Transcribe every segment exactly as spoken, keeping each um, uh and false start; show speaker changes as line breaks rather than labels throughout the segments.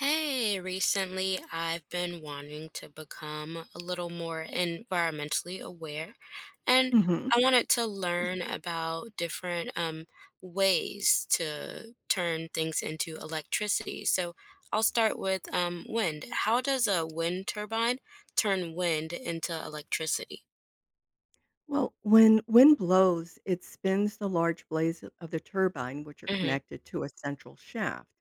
Hey, recently I've been wanting to become a little more environmentally aware, and
Mhm.
I wanted to learn about different um, ways to turn things into electricity. So I'll start with um, wind. How does a wind turbine turn wind into electricity?
Well, when wind blows, it spins the large blades of the turbine, which are
hmm
connected to a central shaft.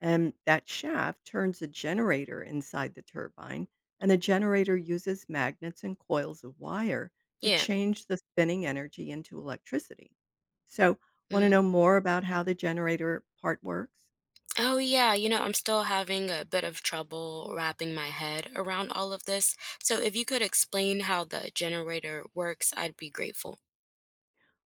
And that shaft turns a generator inside the turbine, and the generator uses magnets and coils of wire to
Yeah.
change the spinning energy into electricity. So, want to know
Mm-hmm.
more about how the generator part works?
Oh, yeah. You know, I'm still having a bit of trouble wrapping my head around all of this. So if you could explain how the generator works, I'd be grateful.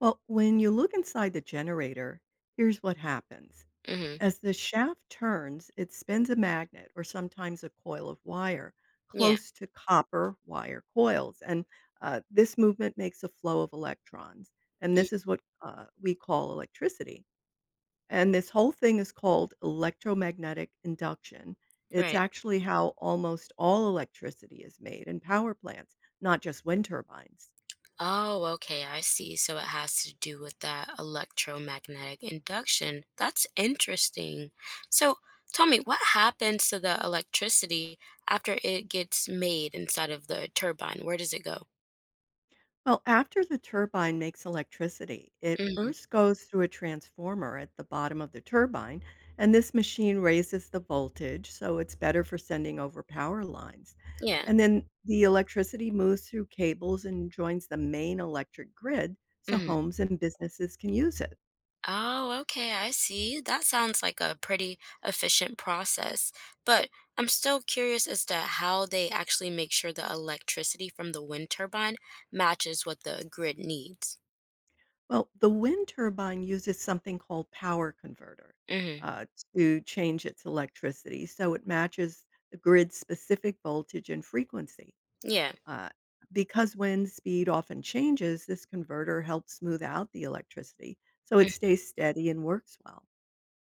Well, when you look inside the generator, here's what happens.
Mm-hmm.
As the shaft turns, it spins a magnet or sometimes a coil of wire
Yeah.
close to copper wire coils. And uh, this movement makes a flow of electrons. And
mm,
this is what uh, we call electricity. And this whole thing is called electromagnetic induction. It's
Right.
actually how almost all electricity is made in power plants, not just wind turbines.
Oh, okay, I see. So it has to do with that electromagnetic induction. That's interesting. So tell me, what happens to the electricity after it gets made inside of the turbine? Where does it go?
Well, after the turbine makes electricity, it
Mhm.
first goes through a transformer at the bottom of the turbine, and this machine raises the voltage, so it's better for sending over power lines.
Yeah.
And then the electricity moves through cables and joins the main electric grid, so
Mhm.
homes and businesses can use it.
Oh, okay, I see. That sounds like a pretty efficient process. But I'm still curious as to how they actually make sure the electricity from the wind turbine matches what the grid needs.
Well, the wind turbine uses something called power converter
Mm-hmm.
uh, to change its electricity, so it matches the grid's specific voltage and frequency.
Yeah.
Uh, because wind speed often changes, this converter helps smooth out the electricity so
mm,
it stays steady and works well.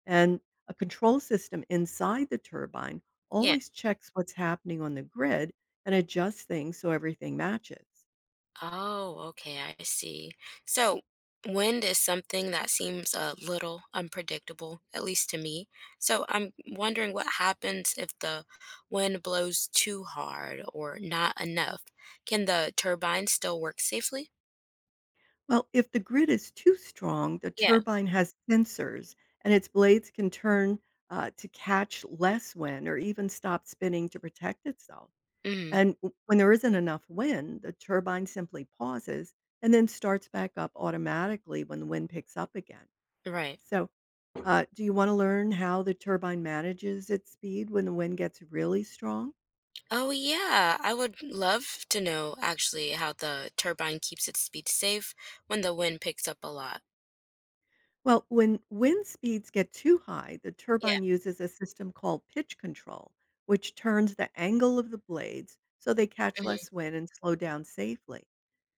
And a control system inside the turbine
Yeah.
always checks what's happening on the grid and adjusts things so everything matches.
Oh, okay, I see. So, when does something that seems a little unpredictable, at least to me? So, I'm wondering what happens if the wind blows too hard or not enough. Can the turbine still work safely?
Well, if the grid is too strong, the
Yeah.
turbine has sensors and its blades can turn uh, to catch less wind or even stop spinning to protect itself.
Mm.
And w when there isn't enough wind, the turbine simply pauses and then starts back up automatically when the wind picks up again.
Right.
So, uh, do you want to learn how the turbine manages its speed when the wind gets really strong?
Oh, yeah. I would love to know actually how the turbine keeps its speed safe when the wind picks up a lot.
Well, when wind speeds get too high, the
Yeah.
turbine uses a system called pitch control, which turns the angle of the blades so they catch
Mhm.
less wind and slow down safely.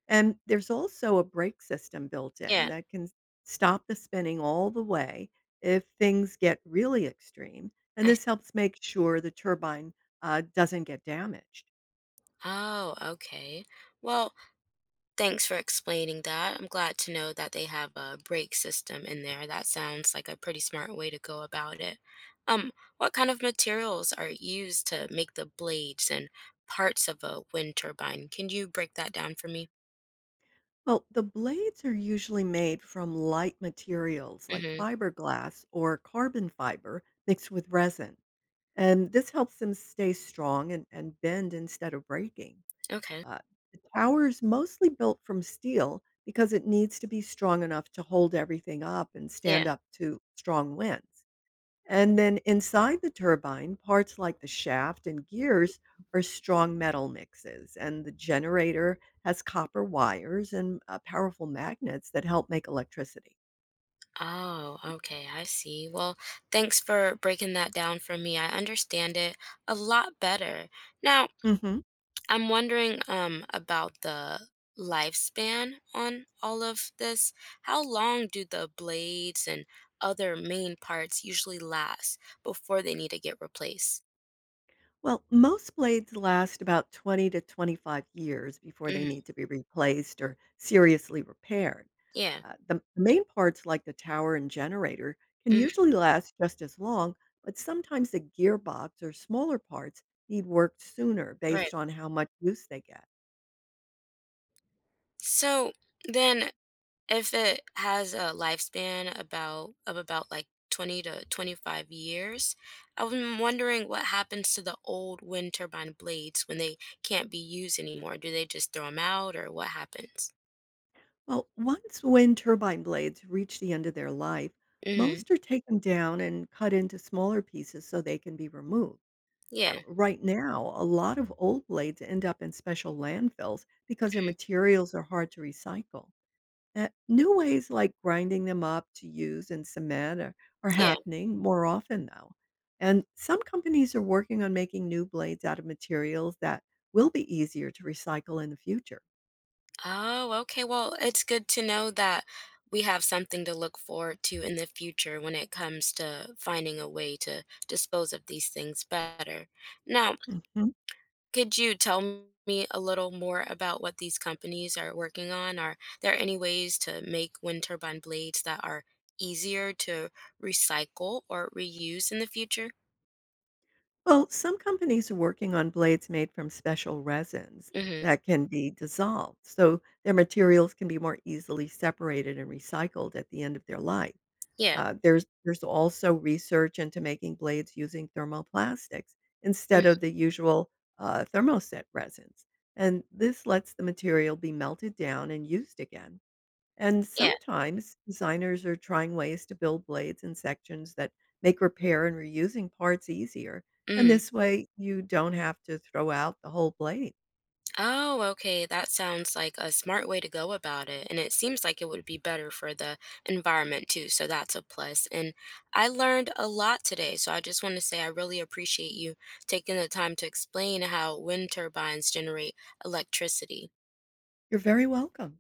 And there's also a brake system built in
Yeah.
that can stop the spinning all the way if things get really extreme, and
I, s-
this helps make sure the turbine uh, doesn't get damaged.
oh, okay. Well, thanks for explaining that. I'm glad to know that they have a brake system in there. That sounds like a pretty smart way to go about it. Um, what kind of materials are used to make the blades and parts of a wind turbine? Can you break that down for me?
Well, the blades are usually made from light materials like
Mm-hmm.
fiberglass or carbon fiber mixed with resin, and this helps them stay strong and, and bend instead of breaking.
Okay.
Uh, the tower is mostly built from steel because it needs to be strong enough to hold everything up and
Yeah.
stand up to strong winds. And then inside the turbine, parts like the shaft and gears are strong metal mixes, and the generator has copper wires and uh, powerful magnets that help make electricity.
Oh, okay, I see. Well, thanks for breaking that down for me. I understand it a lot better. Now,
hmm
I'm wondering um, about the lifespan on all of this. How long do the blades and other main parts usually last before they need to get replaced?
Well, most blades last about twenty to twenty-five years before they
Mhm.
need to be replaced or seriously repaired.
Yeah.
Uh, the main parts, like the tower and generator, can
Mhm.
usually last just as long, but sometimes the gearbox or smaller parts need work sooner based
Right.
on how much use they get.
So then, if it has a lifespan about of about like twenty to twenty-five years, I'm wondering what happens to the old wind turbine blades when they can't be used anymore. Do they just throw them out, or what happens?
Well, once wind turbine blades reach the end of their life,
hmm
most are taken down and cut into smaller pieces so they can be removed. Uh,
Yeah.
right now, a lot of old blades end up in special landfills because their
Mhm.
materials are hard to recycle. Uh, new ways like grinding them up to use in cement are, are
Yeah.
happening more often now. And some companies are working on making new blades out of materials that will be easier to recycle in the future.
Oh, okay. Well, it's good to know that we have something to look forward to in the future when it comes to finding a way to dispose of these things better. Now,
hmm
could you tell m- me a little more about what these companies are working on? Are there any ways to make wind turbine blades that are easier to recycle or reuse in the future?
Well, some companies are working on blades made from special resins
Mm-hmm.
that can be dissolved, so their materials can be more easily separated and recycled at the end of their life.
Yeah.
Uh, there's there's also research into making blades using thermoplastics instead
Mm.
of the usual uh, thermoset resins, and this lets the material be melted down and used again. And
Yeah.
sometimes designers are trying ways to build blades in sections that make repair and reusing parts easier. And
Mm.
this way, you don't have to throw out the whole blade.
Oh, okay. That sounds like a smart way to go about it. And it seems like it would be better for the environment too. So that's a plus. And I learned a lot today. So I just want to say I really appreciate you taking the time to explain how wind turbines generate electricity.
You're very welcome.